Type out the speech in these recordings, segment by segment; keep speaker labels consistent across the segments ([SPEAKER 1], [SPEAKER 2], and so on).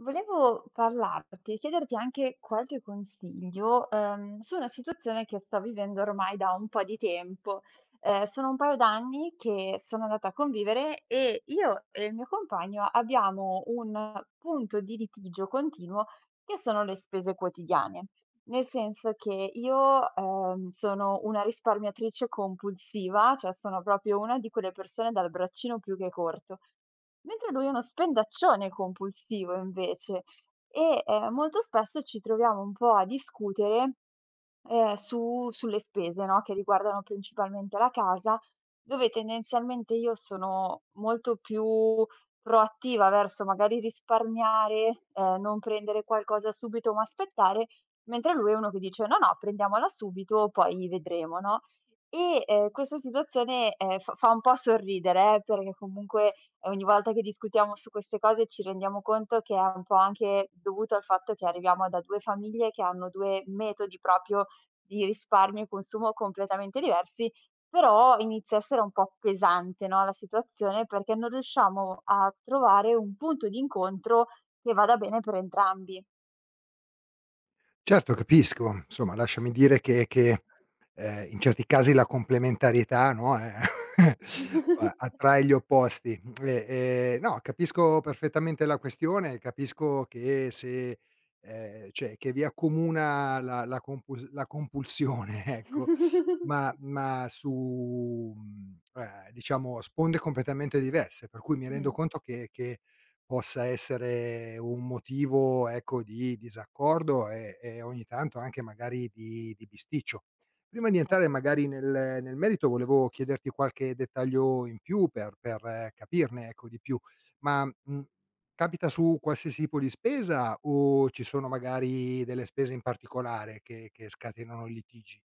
[SPEAKER 1] Volevo parlarti e chiederti anche qualche consiglio, su una situazione che sto vivendo ormai da un po' di tempo. Sono un paio d'anni che sono andata a convivere e io e il mio compagno abbiamo un punto di litigio continuo che sono le spese quotidiane. Nel senso che io, sono una risparmiatrice compulsiva, cioè sono proprio una di quelle persone dal braccino più che corto, mentre lui è uno spendaccione compulsivo invece e, molto spesso ci troviamo un po' a discutere. Su sulle spese, no, che riguardano principalmente la casa, dove tendenzialmente io sono molto più proattiva verso magari risparmiare, non prendere qualcosa subito, ma aspettare, mentre lui è uno che dice: "No, no, prendiamola subito, poi vedremo", no? E, questa situazione, fa un po' sorridere, perché comunque ogni volta che discutiamo su queste cose ci rendiamo conto che è un po' anche dovuto al fatto che arriviamo da 2 famiglie che hanno 2 metodi proprio di risparmio e consumo completamente diversi, però inizia a essere un po' pesante, no, la situazione perché non riusciamo a trovare un punto di incontro che vada bene per entrambi.
[SPEAKER 2] Certo, capisco. Insomma, lasciami dire che in certi casi la complementarietà, no, a attrae gli opposti. E no, Capisco perfettamente la questione, capisco che se cioè che vi accomuna la compulsione, ecco, ma ma su, diciamo sponde completamente diverse, per cui mi rendo
[SPEAKER 1] Mh-mh.
[SPEAKER 2] conto che possa essere un motivo, ecco, di disaccordo e ogni tanto anche magari di bisticcio. Prima di
[SPEAKER 1] Cer
[SPEAKER 2] entrare magari nel merito volevo chiederti qualche dettaglio in più per capirne, ecco, di più. Ma, mhmm, Capita su qualsiasi tipo di spesa o ci sono magari delle spese in particolare che scatenano litigi?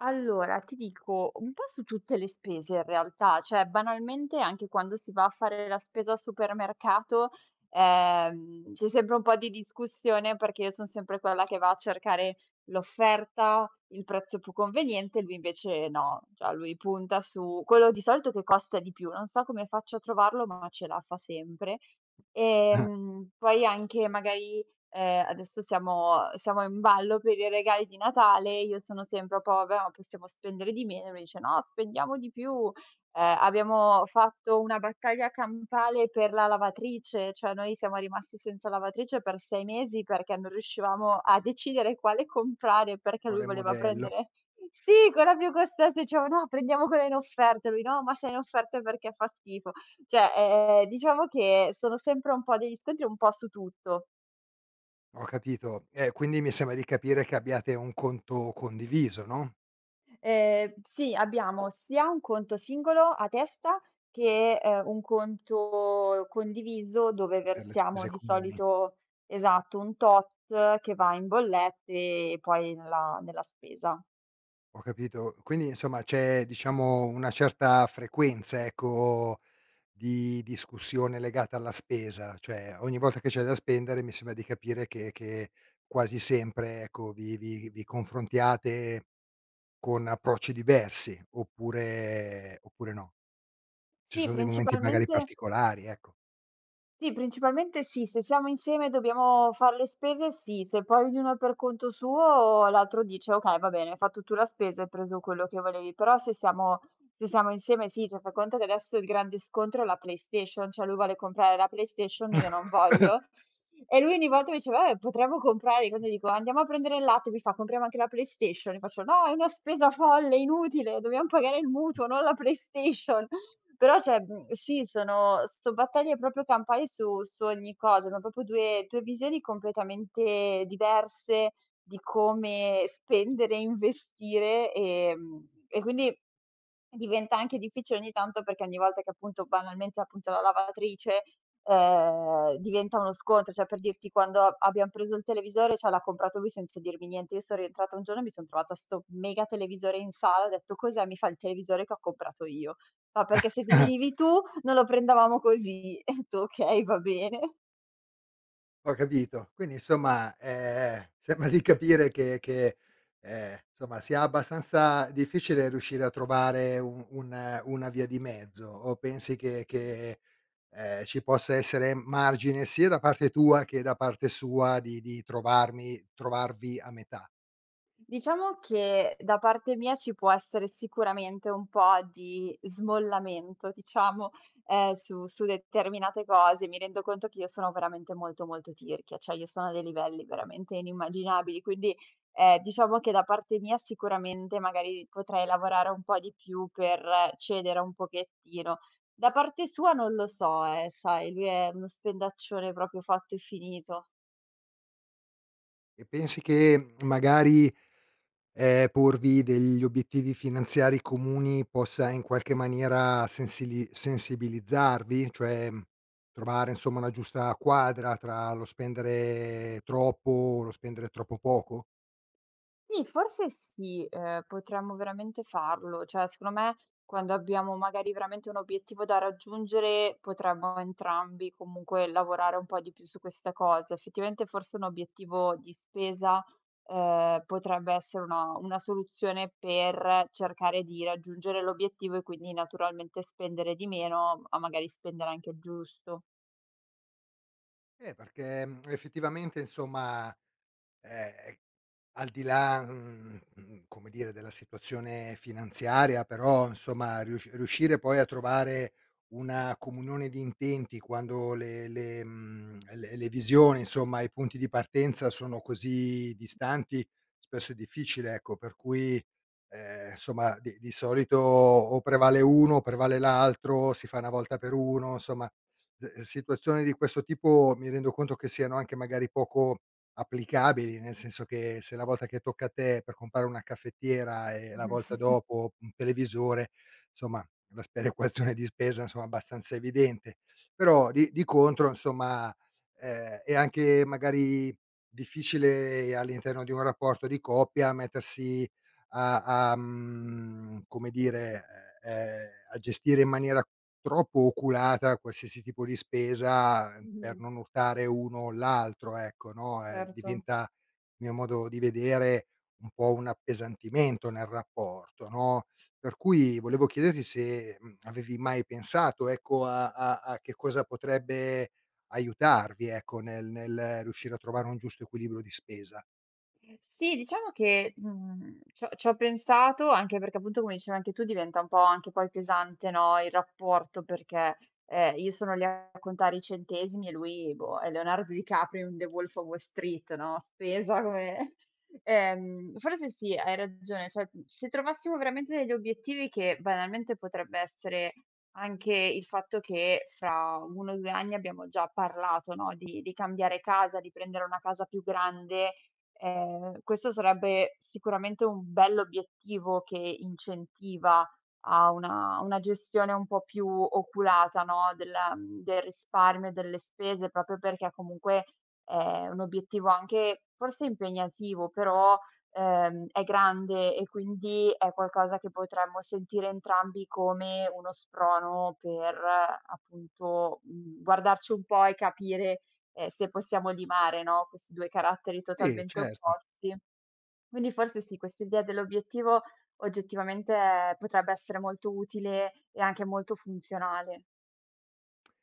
[SPEAKER 1] Allora, ti dico, un po' su tutte le spese in realtà, cioè banalmente anche quando si va a fare la spesa al supermercato, c'è sempre un po' di discussione perché io sono sempre quella che va a cercare l'offerta, il prezzo più conveniente, lui invece no, cioè lui punta su quello di solito che costa di più, non so come faccio a trovarlo, ma ce la fa sempre. E poi anche magari adesso siamo in ballo per i regali di Natale, io sono sempre un po': "Vabbè, ma possiamo spendere di meno", e lui dice: "No, spendiamo di più". Abbiamo fatto una battaglia campale per la lavatrice, cioè noi siamo rimasti senza lavatrice per 6 mesi perché non riuscivamo a decidere quale comprare, perché lui
[SPEAKER 2] Vuole il
[SPEAKER 1] voleva
[SPEAKER 2] modello,
[SPEAKER 1] prendere sì, quella più costosa, diciamo: "No, prendiamo quella in offerta". Lui: "No, ma se è in offerta è perché fa schifo". Cioè, diciamo che sono sempre un po' degli scontri un po' su tutto.
[SPEAKER 2] ho capito. Quindi mi sembra di capire che abbiate un conto condiviso, no,
[SPEAKER 1] Sì, abbiamo sia un conto singolo a testa che, un conto condiviso dove
[SPEAKER 2] per le
[SPEAKER 1] versiamo
[SPEAKER 2] spese
[SPEAKER 1] di
[SPEAKER 2] comuni.
[SPEAKER 1] solito esatto, un tot che va in bollette e poi nella spesa.
[SPEAKER 2] Ho capito. Quindi insomma c'è, diciamo, una certa frequenza, ecco, di discussione legata alla spesa, cioè ogni volta che c'è da spendere mi sembra di capire che quasi sempre, ecco, vi confrontiate con approcci diversi oppure no? Ci
[SPEAKER 1] Sì,
[SPEAKER 2] sono dei momenti magari
[SPEAKER 1] principalmente
[SPEAKER 2] particolari, ecco.
[SPEAKER 1] sì, principalmente sì, se siamo insieme e dobbiamo far le spese, sì, se poi ognuno è per conto suo l'altro dice: "Okay, va bene, hai fatto tu la spesa, hai preso quello che volevi." Però se siamo insieme sì, cioè fai conto che adesso il grande scontro è la PlayStation, cioè lui vuole comprare la PlayStation, io non voglio. E lui ogni volta mi diceva: "Vabbè potremmo comprare" quando dico: "Andiamo a prendere il latte", mi fa: "Compriamo anche la PlayStation". Gli faccio: "No, è una spesa folle, inutile, dobbiamo pagare il mutuo, non la PlayStation". Però cioè, sì, son battaglie proprio campali su ogni cosa, ma proprio 2 visioni completamente diverse di come spendere e investire, e quindi diventa anche difficile ogni tanto perché ogni volta che appunto banalmente appunto la lavatrice, diventa uno scontro, cioè per dirti quando a abbiam preso il televisore, cioè l'ha comprato lui senza dirmi niente. Io sono rientrata un giorno e mi son trovata 'sto mega televisore in sala, ho detto: "Cos'è?" Mi fa: "Il televisore che ho comprato io". Fa: "Perché se ti venivi tu non lo prendevamo così". E ho detto: "Okay, va bene".
[SPEAKER 2] Ho capito. Quindi insomma, sembra di capire che insomma sia abbastanza difficile riuscire a trovare un una via di mezzo, o pensi che ci possa essere margine sia da parte tua che da parte sua di trovarmi trovarvi a metà?
[SPEAKER 1] Diciamo che da parte mia ci può essere sicuramente un po' di smollamento, diciamo, su determinate cose. Mi rendo conto che io sono veramente molto, molto tirchia, cioè io sono a dei livelli veramente inimmaginabili, quindi, diciamo che da parte mia sicuramente magari potrei lavorare un po' di più per cedere un pochettino. Da parte sua non lo so, sai, lui è uno spendaccione proprio fatto e finito.
[SPEAKER 2] E pensi che magari porvi degli obiettivi finanziari comuni possa in qualche maniera sensili sensibilizzarvi? Cioè, trovare insomma una giusta quadra tra lo spendere troppo o lo spendere troppo poco?
[SPEAKER 1] Sì, forse sì, potremmo veramente farlo. Cioè, secondo me, quando abbiamo magari veramente un obiettivo da raggiungere, potremmo entrambi comunque lavorare un po' di più su questa cosa. Effettivamente forse un obiettivo di spesa, potrebbe essere una soluzione per cercare di raggiungere l'obiettivo e quindi naturalmente spendere di meno, ma magari spendere anche il giusto.
[SPEAKER 2] Perché, effettivamente insomma, ehm al di là, come dire, della situazione finanziaria, però insomma riuscire poi a trovare una comunione di intenti quando le visioni, insomma, i punti di partenza sono così distanti, spesso è difficile, ecco, per cui, insomma di solito o prevale uno o prevale l'altro, si fa una volta per uno, insomma, situazioni di questo tipo mi rendo conto che siano anche magari poco applicabili, nel senso che se la volta che tocca a te per comprare una caffettiera e la volta
[SPEAKER 1] Mh-mh.
[SPEAKER 2] dopo un televisore, insomma la sperequazione di spesa insomma abbastanza evidente. Però di contro insomma, è anche magari difficile all'interno di un rapporto di coppia mettersi come dire, a gestire in maniera troppo oculata a qualsiasi tipo di spesa per
[SPEAKER 1] Mh-mh.
[SPEAKER 2] non urtare uno o l'altro, ecco, no,
[SPEAKER 1] Certo,
[SPEAKER 2] diventa, a mio modo di vedere, un po' un appesantimento nel rapporto, no, per cui
[SPEAKER 1] sì.
[SPEAKER 2] volevo chiederti se, avevi mai pensato, ecco, a che cosa potrebbe aiutarvi, ecco, nel riuscire a trovare un giusto equilibrio di spesa.
[SPEAKER 1] Sì, diciamo che, c'ho pensato, anche perché appunto come dicevi anche tu diventa un po' anche poi pesante, no, il rapporto perché, io sono lì a contare i centesimi e lui, boh, è Leonardo DiCaprio in The Wolf of Wall Street, no, spesa come. Forse sì, hai ragione, cioè, se trovassimo veramente degli obiettivi che banalmente potrebbe essere anche il fatto che fra 1 o 2 anni abbiamo già parlato, no, di cambiare casa, di prendere una casa più grande. Questo sarebbe sicuramente un bell'obiettivo che incentiva a una gestione un po' più oculata, no, del risparmio e delle spese, proprio perché comunque è un obiettivo anche forse impegnativo, però, è grande e quindi è qualcosa che potremmo sentire entrambi come uno sprono per appunto, guardarci un po' e capire se possiamo limare, no, questi 2 caratteri
[SPEAKER 2] Sì,
[SPEAKER 1] totalmente
[SPEAKER 2] certo.
[SPEAKER 1] opposti. Quindi forse sì, questa idea dell'obiettivo oggettivamente potrebbe essere molto utile e anche molto funzionale.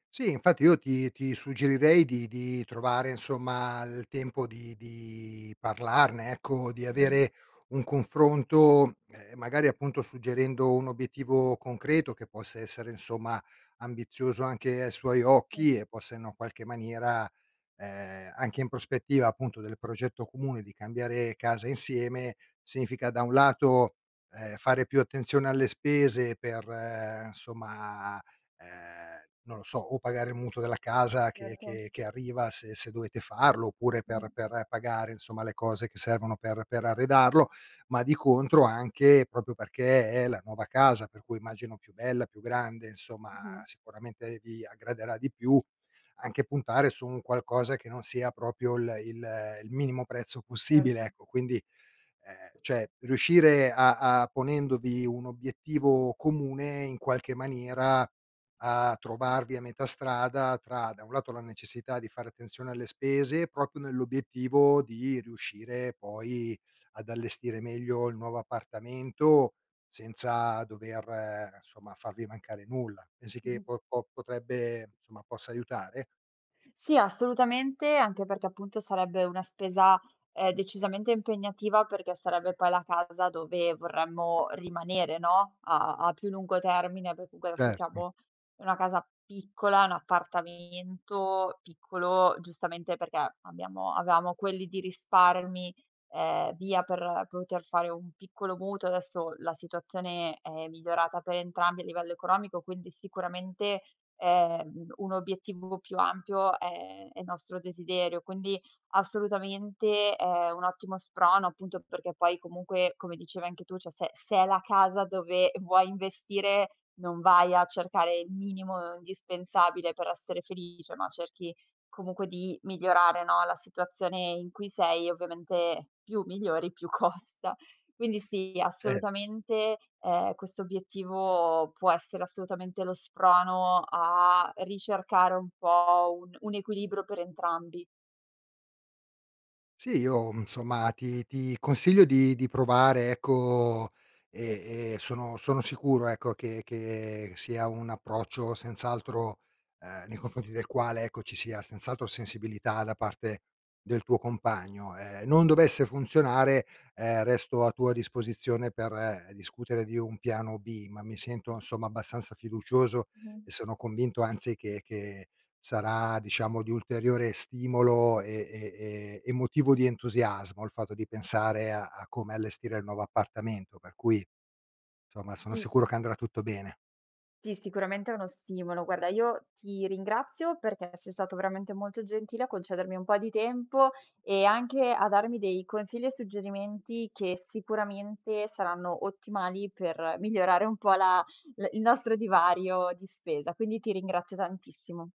[SPEAKER 2] Sì, infatti io ti suggerirei di trovare insomma il tempo di parlarne, ecco, di
[SPEAKER 1] Mh.
[SPEAKER 2] avere un confronto, magari appunto suggerendo un obiettivo concreto che possa essere insomma ambizioso anche ai suoi
[SPEAKER 1] Sì,
[SPEAKER 2] occhi e possa in qualche maniera, anche in prospettiva appunto del progetto comune di cambiare casa insieme, significa da un lato, fare più attenzione alle spese per insomma ehm, non lo so, o pagare il mutuo della casa che
[SPEAKER 1] certo.
[SPEAKER 2] che che arriva se dovete farlo, oppure per
[SPEAKER 1] Mh-mh,
[SPEAKER 2] per eh, pagare insomma le cose che servono per arredarlo, ma di contro anche proprio perché è la nuova casa, per cui immagino più bella, più grande,
[SPEAKER 1] mh-mh,
[SPEAKER 2] insomma sicuramente vi aggraderà di più, anche puntare su un qualcosa che non sia proprio il minimo prezzo
[SPEAKER 1] certo.
[SPEAKER 2] possibile, ecco. Quindi Ehm, cioè riuscire a a ponendovi un obiettivo comune, in qualche maniera a trovarvi a metà strada tra, da un lato, la necessità di fare attenzione alle spese, proprio nell'obiettivo di riuscire poi ad allestire meglio il nuovo appartamento senza dover, insomma, farvi mancare nulla. Pensi che
[SPEAKER 1] Mh-mh.
[SPEAKER 2] po po potrebbe insomma, possa aiutare?
[SPEAKER 1] Sì, assolutamente, anche perché appunto sarebbe una spesa, decisamente impegnativa perché sarebbe poi la casa dove vorremmo rimanere, no, a a più lungo termine, perché comunque adesso
[SPEAKER 2] Certo,
[SPEAKER 1] siamo in una casa piccola, un appartamento piccolo, giustamente perché abbiamo avevamo quelli di risparmi, via per poter fare un piccolo mutuo. Adesso la situazione è migliorata per entrambi a livello economico, quindi sicuramente un obiettivo più ampio è nostro desiderio. Quindi assolutamente è un ottimo sprono, appunto perché poi comunque, come dicevi anche tu, cioè se è la casa dove vuoi investire, non vai a cercare il minimo indispensabile per essere felice, ma cerchi comunque di migliorare, no, la situazione in cui sei e ovviamente più migliori, più costa. Quindi sì,
[SPEAKER 2] Ce
[SPEAKER 1] assolutamente, questo obiettivo può essere assolutamente lo sprono a ricercare un po' un equilibrio per entrambi.
[SPEAKER 2] sì, io insomma ti consiglio di provare ecco, e sono sicuro ecco che sia un approccio senz'altro, nei confronti del quale ecco, ci sia senz'altro sensibilità da parte del tuo compagno. Non dovesse funzionare, resto a tua disposizione per discutere di un piano B, ma mi sento insomma abbastanza fiducioso
[SPEAKER 1] Mh-mh.
[SPEAKER 2] e sono convinto anzi che sarà, diciamo, di ulteriore stimolo e motivo di entusiasmo il fatto di pensare a come allestire il nuovo appartamento, per cui, insomma, sono
[SPEAKER 1] Sì,
[SPEAKER 2] sicuro
[SPEAKER 1] sì,
[SPEAKER 2] che
[SPEAKER 1] sì.
[SPEAKER 2] andrà tutto bene.
[SPEAKER 1] Sì, sicuramente è uno stimolo. Guarda, io ti ringrazio perché sei stato veramente molto gentile a concedermi un po' di tempo e anche a darmi dei consigli e suggerimenti che sicuramente saranno ottimali per migliorare un po' la l il nostro divario di spesa. Quindi ti ringrazio tantissimo.